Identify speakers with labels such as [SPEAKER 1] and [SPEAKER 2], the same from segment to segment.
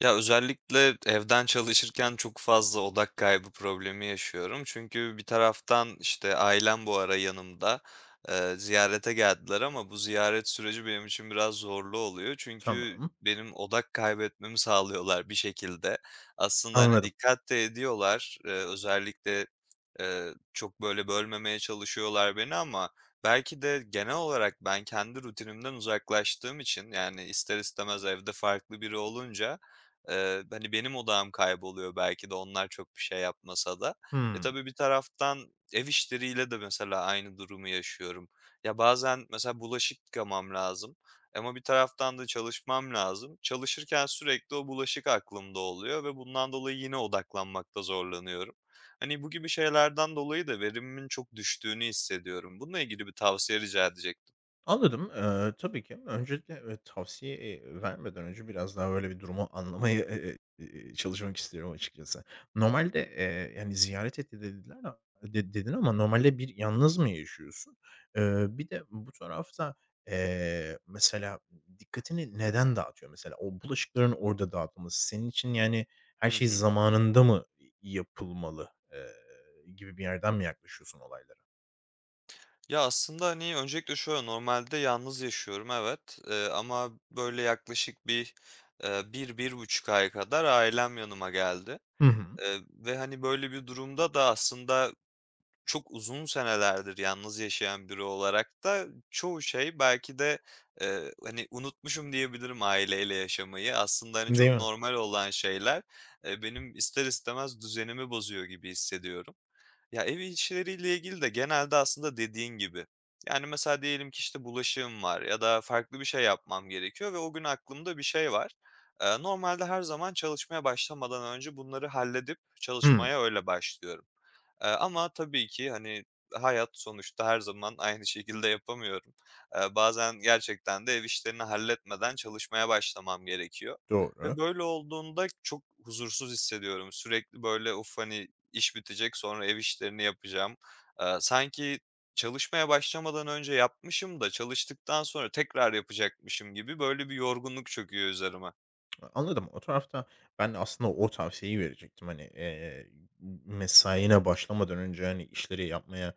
[SPEAKER 1] Ya, özellikle evden çalışırken çok fazla odak kaybı problemi yaşıyorum. Çünkü bir taraftan, işte, ailem bu ara yanımda, ziyarete geldiler ama bu ziyaret süreci benim için biraz zorlu oluyor. Çünkü
[SPEAKER 2] Tamam,
[SPEAKER 1] benim odak kaybetmemi sağlıyorlar bir şekilde. Aslında, hani,
[SPEAKER 2] anladım.
[SPEAKER 1] dikkat de ediyorlar. Özellikle, çok, böyle, bölmemeye çalışıyorlar beni ama belki de genel olarak ben kendi rutinimden uzaklaştığım için, yani, ister istemez evde farklı biri olunca hani, benim odağım kayboluyor belki de onlar çok bir şey yapmasa da. E,
[SPEAKER 2] Hımm,
[SPEAKER 1] tabii bir taraftan ev işleriyle de mesela aynı durumu yaşıyorum. Ya, bazen mesela bulaşık yıkamam lazım ama bir taraftan da çalışmam lazım. Çalışırken sürekli o bulaşık aklımda oluyor ve bundan dolayı yine odaklanmakta zorlanıyorum. Hani, bu gibi şeylerden dolayı da verimimin çok düştüğünü hissediyorum. Bununla ilgili bir tavsiye rica edecektim.
[SPEAKER 2] anladım. Tabii ki. Öncelikle, evet, tavsiye, vermeden önce biraz daha, böyle, bir durumu anlamaya, çalışmak istiyorum açıkçası. Normalde, yani, ziyaret etti dediler de dedin ama normalde bir yalnız mı yaşıyorsun? Bir de bu tarafta, mesela dikkatini neden dağıtıyor? Mesela o bulaşıkların orada dağıtılması senin için, yani, her
[SPEAKER 1] Hı
[SPEAKER 2] şey
[SPEAKER 1] hı.
[SPEAKER 2] zamanında mı yapılmalı, gibi bir yerden mi yaklaşıyorsun olaylara?
[SPEAKER 1] Ya, aslında, hani, öncelikle şöyle, normalde yalnız yaşıyorum, evet, ama böyle yaklaşık bir, bir buçuk ay kadar ailem yanıma geldi,
[SPEAKER 2] Hı hı.
[SPEAKER 1] ve, hani, böyle bir durumda da aslında çok uzun senelerdir yalnız yaşayan biri olarak da çoğu şey belki de, hani, unutmuşum diyebilirim aileyle yaşamayı. Aslında, hani,
[SPEAKER 2] Değil
[SPEAKER 1] çok
[SPEAKER 2] mi?
[SPEAKER 1] normal olan şeyler, benim ister istemez düzenimi bozuyor gibi hissediyorum. Ya, ev işleriyle ilgili de genelde aslında dediğin gibi. Yani, mesela diyelim ki, işte, bulaşığım var ya da farklı bir şey yapmam gerekiyor ve o gün aklımda bir şey var. Normalde her zaman çalışmaya başlamadan önce bunları halledip
[SPEAKER 2] Hımm.
[SPEAKER 1] çalışmaya öyle başlıyorum. Ama tabii ki, hani, hayat sonuçta her zaman aynı şekilde yapamıyorum. Bazen gerçekten de ev işlerini halletmeden çalışmaya başlamam gerekiyor ve
[SPEAKER 2] Doğru.
[SPEAKER 1] böyle olduğunda çok huzursuz hissediyorum. Sürekli böyle, "Of, hani, iş bitecek, sonra ev işlerini yapacağım." Sanki çalışmaya başlamadan önce yapmışım da çalıştıktan sonra tekrar yapacakmışım gibi böyle bir yorgunluk çöküyor üzerime
[SPEAKER 2] Anladım. O tarafta ben de aslında o tavsiyeyi verecektim. Hani, mesaine başlamadan önce, hani, işleri yapmaya,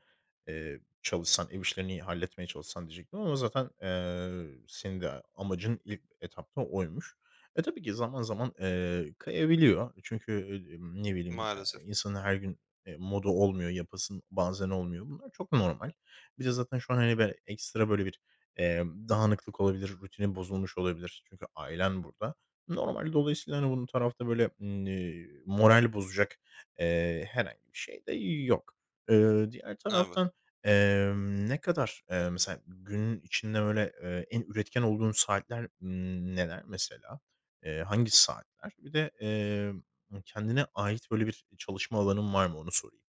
[SPEAKER 2] çalışsan, ev işlerini halletmeye çalışsan diyecektim ama zaten, senin de amacın ilk etapta oymuş. Tabii ki zaman zaman, kayabiliyor. Çünkü, ne bileyim,
[SPEAKER 1] maalesef.
[SPEAKER 2] insanın her gün, modu olmuyor, yapasın bazen olmuyor. Bunlar çok normal. Bir de zaten şu an, hani, böyle, ekstra böyle bir, dağınıklık olabilir, rutinin bozulmuş olabilir. Çünkü ailen burada. Normal. Dolayısıyla, hani, bunun tarafta böyle, moral bozacak, herhangi bir şey de yok. Diğer
[SPEAKER 1] Evet.
[SPEAKER 2] taraftan, ne kadar, mesela günün içinde böyle, en üretken olduğun saatler, neler mesela? Hangi saatler? Bir de, kendine ait böyle bir çalışma alanın var mı? Onu sorayım.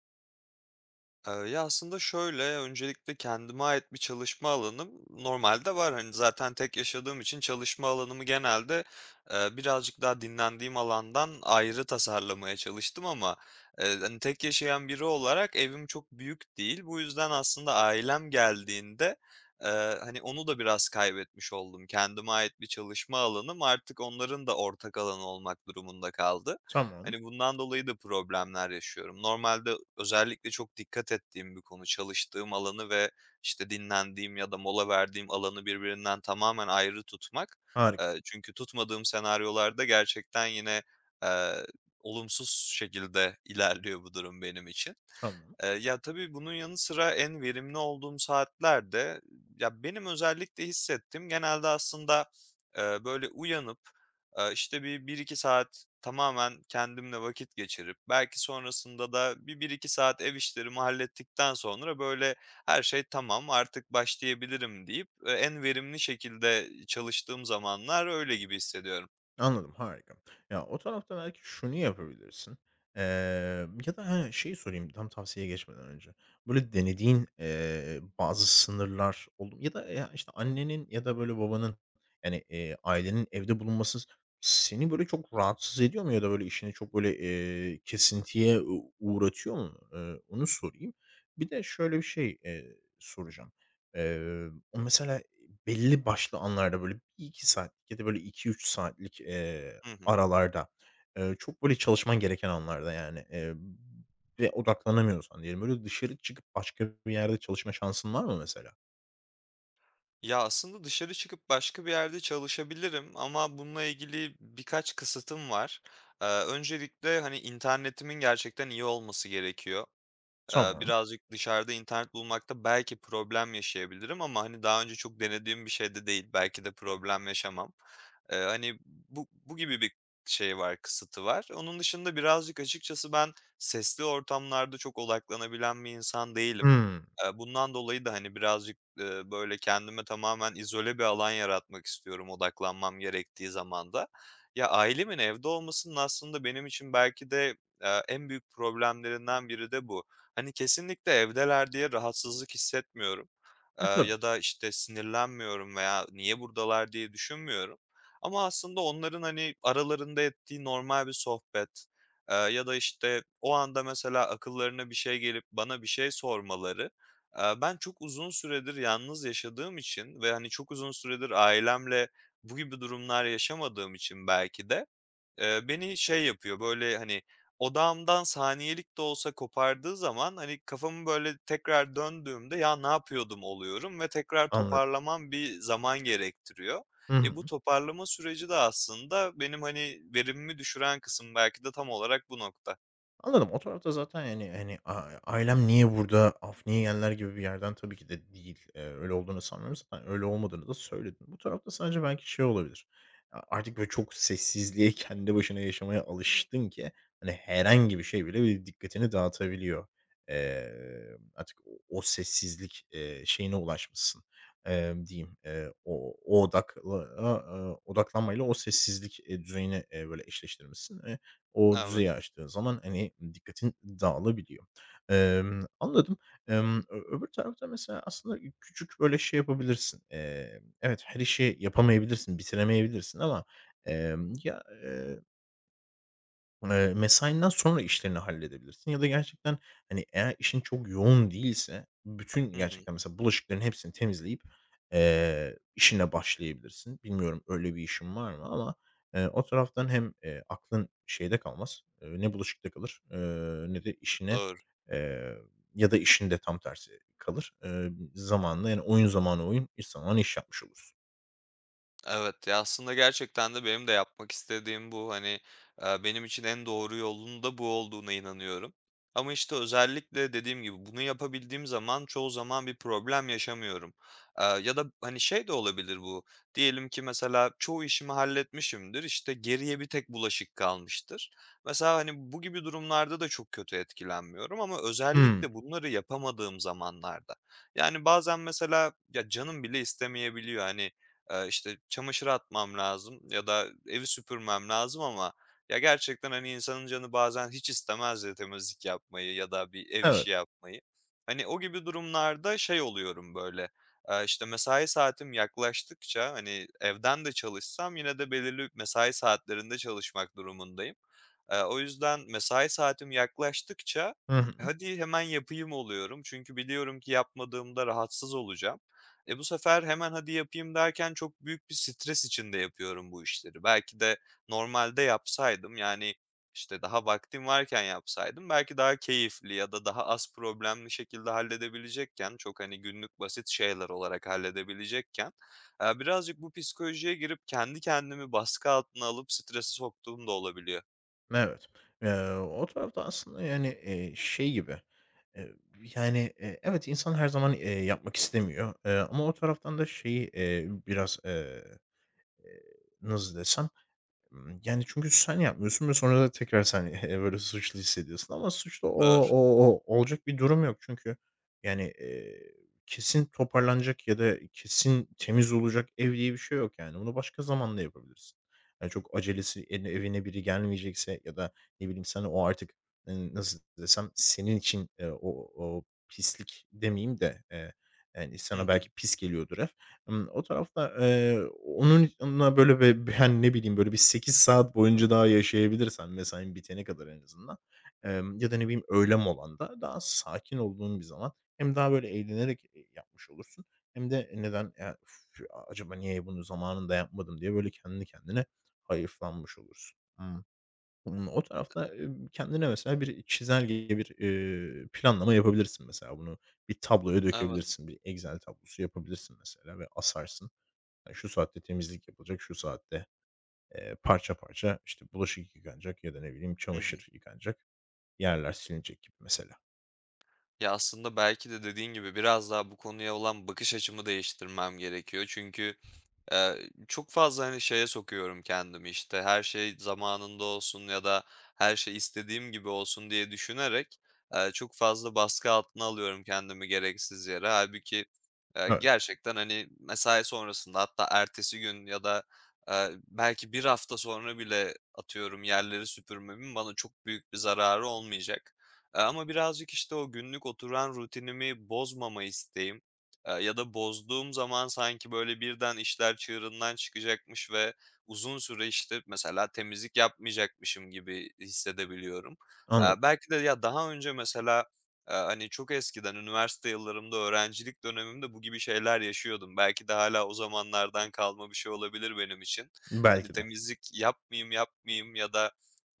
[SPEAKER 1] Ya, aslında şöyle, öncelikle kendime ait bir çalışma alanım normalde var. Hani, zaten tek yaşadığım için çalışma alanımı genelde, birazcık daha dinlendiğim alandan ayrı tasarlamaya çalıştım ama, hani, tek yaşayan biri olarak evim çok büyük değil. Bu yüzden aslında ailem geldiğinde, hani, onu da biraz kaybetmiş oldum. Kendime ait bir çalışma alanım artık onların da ortak alanı olmak durumunda kaldı.
[SPEAKER 2] Tamam.
[SPEAKER 1] Hani, bundan dolayı da problemler yaşıyorum. Normalde özellikle çok dikkat ettiğim bir konu. Çalıştığım alanı ve, işte, dinlendiğim ya da mola verdiğim alanı birbirinden tamamen ayrı tutmak.
[SPEAKER 2] Harika.
[SPEAKER 1] Çünkü tutmadığım senaryolarda gerçekten yine, eee, olumsuz şekilde ilerliyor bu durum benim için.
[SPEAKER 2] Tamam.
[SPEAKER 1] Ya, tabii bunun yanı sıra en verimli olduğum saatlerde. Ya, benim özellikle hissettiğim genelde aslında, böyle uyanıp işte, bir 1-2 saat tamamen kendimle vakit geçirip belki sonrasında da bir 1-2 saat ev işlerimi hallettikten sonra, böyle, her şey tamam, artık başlayabilirim deyip, en verimli şekilde çalıştığım zamanlar öyle gibi hissediyorum.
[SPEAKER 2] Anladım, harika. Ya, o tarafta belki şunu yapabilirsin, eee, ya da şeyi sorayım tam tavsiyeye geçmeden önce. Böyle denediğin, bazı sınırlar oldu mu? Ya da, ya, işte, annenin ya da böyle babanın, yani, ailenin evde bulunması seni böyle çok rahatsız ediyor mu ya da böyle işini çok böyle, kesintiye uğratıyor mu? Onu sorayım. Bir de şöyle bir şey, soracağım. O mesela Belli başlı anlarda, böyle, 1-2 saatlik ya da, böyle, 2-3 saatlik,
[SPEAKER 1] Hı hı.
[SPEAKER 2] aralarda, çok, böyle, çalışman gereken anlarda, yani, ve odaklanamıyorsan diyelim, böyle, dışarı çıkıp başka bir yerde çalışma şansın var mı mesela?
[SPEAKER 1] Ya, aslında dışarı çıkıp başka bir yerde çalışabilirim ama bununla ilgili birkaç kısıtım var. Öncelikle, hani, internetimin gerçekten iyi olması gerekiyor.
[SPEAKER 2] Tamam.
[SPEAKER 1] Birazcık dışarıda internet bulmakta belki problem yaşayabilirim ama, hani, daha önce çok denediğim bir şey de değil. Belki de problem yaşamam. Hani, bu gibi bir şey var, kısıtı var. Onun dışında birazcık açıkçası ben sesli ortamlarda çok odaklanabilen bir insan değilim.
[SPEAKER 2] Hımm.
[SPEAKER 1] Bundan dolayı da, hani, birazcık, böyle, kendime tamamen izole bir alan yaratmak istiyorum odaklanmam gerektiği zaman da. Ya, ailemin evde olmasının aslında benim için belki de, en büyük problemlerinden biri de bu. Hani, kesinlikle evdeler diye rahatsızlık hissetmiyorum,
[SPEAKER 2] Tabii.
[SPEAKER 1] ya da, işte, sinirlenmiyorum veya niye buradalar diye düşünmüyorum. Ama aslında onların, hani, aralarında ettiği normal bir sohbet, ya da, işte, o anda mesela akıllarına bir şey gelip bana bir şey sormaları, ben çok uzun süredir yalnız yaşadığım için ve, hani, çok uzun süredir ailemle bu gibi durumlar yaşamadığım için belki de, beni şey yapıyor, böyle, hani, odağımdan saniyelik de olsa kopardığı zaman, hani, kafamı, böyle, tekrar döndüğümde "Ya, ne yapıyordum?" oluyorum ve tekrar
[SPEAKER 2] Anladım.
[SPEAKER 1] toparlamam bir zaman gerektiriyor.
[SPEAKER 2] Hı
[SPEAKER 1] E,
[SPEAKER 2] hı.
[SPEAKER 1] bu toparlama süreci de aslında benim, hani, verimimi düşüren kısım belki de tam olarak bu nokta.
[SPEAKER 2] Anladım. O tarafta zaten, yani, hani, ailem niye burada, niye yerler gibi bir yerden tabii ki de değil. Öyle olduğunu sanmıyorum. Zaten öyle olmadığını da söyledin. Bu tarafta sadece belki şey olabilir. Artık böyle çok sessizliğe, kendi başına yaşamaya alıştın ki, hani, herhangi bir şey bile bir dikkatini dağıtabiliyor. Eee, artık o sessizlik, şeyine ulaşmışsın, diyeyim. O o odakla a odaklanmayla o sessizlik, düzeyini, böyle eşleştirmişsin. O
[SPEAKER 1] Evet.
[SPEAKER 2] düzeyi aştığın zaman, hani, dikkatin dağılabiliyor. Anladım. Ö öbür tarafta mesela aslında küçük, böyle, şey yapabilirsin. Evet, her işi yapamayabilirsin, bitiremeyebilirsin ama, ya, mesainden sonra işlerini halledebilirsin ya da gerçekten, hani, eğer işin çok yoğun değilse bütün
[SPEAKER 1] Hı hı.
[SPEAKER 2] gerçekten mesela bulaşıkların hepsini temizleyip, işine başlayabilirsin. Bilmiyorum öyle bir işin var mı ama, o taraftan hem, aklın şeyde kalmaz, ne bulaşıkta kalır, ne de işine,
[SPEAKER 1] Doğru.
[SPEAKER 2] eee, ya da işinde tam tersi kalır. Zamanla yani oyun zamanı oyun, iş zamanı iş yapmış olursun.
[SPEAKER 1] Evet, ya, aslında gerçekten de benim de yapmak istediğim bu. Hani, benim için en doğru yolun da bu olduğuna inanıyorum. Ama, işte, özellikle dediğim gibi bunu yapabildiğim zaman çoğu zaman bir problem yaşamıyorum. Ya da, hani, şey de olabilir bu, diyelim ki mesela çoğu işimi halletmişimdir, işte, geriye bir tek bulaşık kalmıştır. Mesela, hani, bu gibi durumlarda da çok kötü etkilenmiyorum ama
[SPEAKER 2] Hımm.
[SPEAKER 1] özellikle bunları yapamadığım zamanlarda. Yani, bazen mesela, ya, canım bile istemeyebiliyor. Hani, işte, çamaşır atmam lazım ya da evi süpürmem lazım ama ya, gerçekten, hani, insanın canı bazen hiç istemez ya temizlik yapmayı ya da bir ev işi
[SPEAKER 2] Evet.
[SPEAKER 1] yapmayı. Hani, o gibi durumlarda şey oluyorum, böyle, işte, mesai saatim yaklaştıkça, hani, evden de çalışsam yine de belirli mesai saatlerinde çalışmak durumundayım. O yüzden mesai saatim yaklaştıkça,
[SPEAKER 2] Hı hı.
[SPEAKER 1] "Hadi, hemen yapayım." oluyorum. Çünkü biliyorum ki yapmadığımda rahatsız olacağım. E, bu sefer hemen hadi yapayım derken çok büyük bir stres içinde yapıyorum bu işleri. Belki de normalde yapsaydım, yani, işte, daha vaktim varken yapsaydım belki daha keyifli ya da daha az problemli şekilde halledebilecekken, çok, hani, günlük basit şeyler olarak halledebilecekken, birazcık bu psikolojiye girip kendi kendimi baskı altına alıp strese soktuğum da olabiliyor.
[SPEAKER 2] Evet. O tarafta aslında, yani, şey gibi, eee, yani, evet, insan her zaman, yapmak istemiyor, ama o taraftan da şeyi, biraz, eee, nasıl desem, yani, çünkü sen yapmıyorsun ve sonra da tekrar sen, böyle suçlu hissediyorsun ama suçlu o
[SPEAKER 1] Doğru.
[SPEAKER 2] o o olacak bir durum yok. Çünkü, yani, kesin toparlanacak ya da kesin temiz olacak ev diye bir şey yok, yani. Bunu başka zaman da yapabilirsin. Yani, çok acelesi evine biri gelmeyecekse ya da ne bileyim sen o artık, nasıl desem, senin için, o pislik demeyeyim de, yani,
[SPEAKER 1] Hı
[SPEAKER 2] sana
[SPEAKER 1] hı.
[SPEAKER 2] belki pis geliyordur ev. O tarafta, onun onunla böyle hani, ne bileyim, böyle bir 8 saat boyunca daha yaşayabilirsen mesain bitene kadar en azından, ya da ne bileyim öğle molanda daha sakin olduğun bir zaman hem daha böyle eğlenerek, yapmış olursun hem de neden, "Ya, üf, acaba niye bunu zamanında yapmadım?" diye böyle kendi kendine hayıflanmış olursun. O tarafta, kendine mesela bir çizelge, bir, planlama yapabilirsin mesela. Bunu bir tabloya
[SPEAKER 1] Evet.
[SPEAKER 2] dökebilirsin. Bir Excel tablosu yapabilirsin mesela ve asarsın. Ya, şu saatte temizlik yapılacak, şu saatte, parça parça, işte, bulaşık yıkanacak ya da ne bileyim
[SPEAKER 1] Hı hı.
[SPEAKER 2] çamaşır yıkanacak, yerler silinecek gibi mesela.
[SPEAKER 1] Ya, aslında belki de dediğin gibi biraz daha bu konuya olan bakış açımı değiştirmem gerekiyor. Çünkü çok fazla, hani, şeye sokuyorum kendimi, işte, her şey zamanında olsun ya da her şey istediğim gibi olsun diye düşünerek, çok fazla baskı altına alıyorum kendimi gereksiz yere. Halbuki
[SPEAKER 2] Evet,
[SPEAKER 1] gerçekten, hani, mesai sonrasında hatta ertesi gün ya da, belki bir hafta sonra bile atıyorum yerleri süpürmemin bana çok büyük bir zararı olmayacak. Ama birazcık, işte, o günlük oturan rutinimi bozmama isteğim, ya da bozduğum zaman sanki böyle birden işler çığırından çıkacakmış ve uzun süre, işte, mesela temizlik yapmayacakmışım gibi hissedebiliyorum.
[SPEAKER 2] anladım.
[SPEAKER 1] Belki de ya, daha önce mesela, hani, çok eskiden üniversite yıllarımda, öğrencilik dönemimde bu gibi şeyler yaşıyordum. Belki de hala o zamanlardan kalma bir şey olabilir benim için. Hani,
[SPEAKER 2] Belki de.
[SPEAKER 1] temizlik yapmayayım, yapmayayım ya da,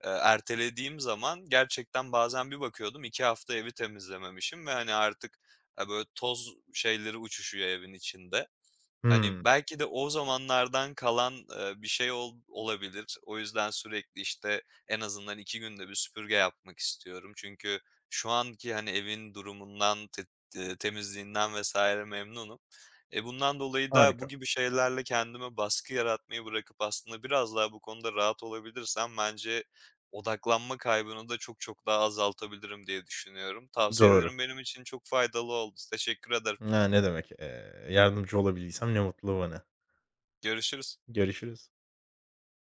[SPEAKER 1] ertelediğim zaman gerçekten bazen bir bakıyordum 2 hafta evi temizlememişim ve, hani, artık böyle toz şeyleri uçuşuyor evin içinde. Hani,
[SPEAKER 2] Hımm,
[SPEAKER 1] belki de o zamanlardan kalan, bir şey olabilir. O yüzden sürekli, işte, en azından 2 günde bir süpürge yapmak istiyorum. Çünkü şu anki, hani, evin durumundan, temizliğinden vesaire memnunum. E, bundan dolayı da bu
[SPEAKER 2] harika.
[SPEAKER 1] gibi şeylerle kendime baskı yaratmayı bırakıp aslında biraz daha bu konuda rahat olabilirsem bence odaklanma kaybını da çok çok daha azaltabilirim diye düşünüyorum.
[SPEAKER 2] Doğru.
[SPEAKER 1] Tavsiyelerin benim için çok faydalı oldu. Teşekkür ederim.
[SPEAKER 2] Ya, ne demek, yardımcı olabildiysem ne mutlu bana.
[SPEAKER 1] Görüşürüz.
[SPEAKER 2] Görüşürüz.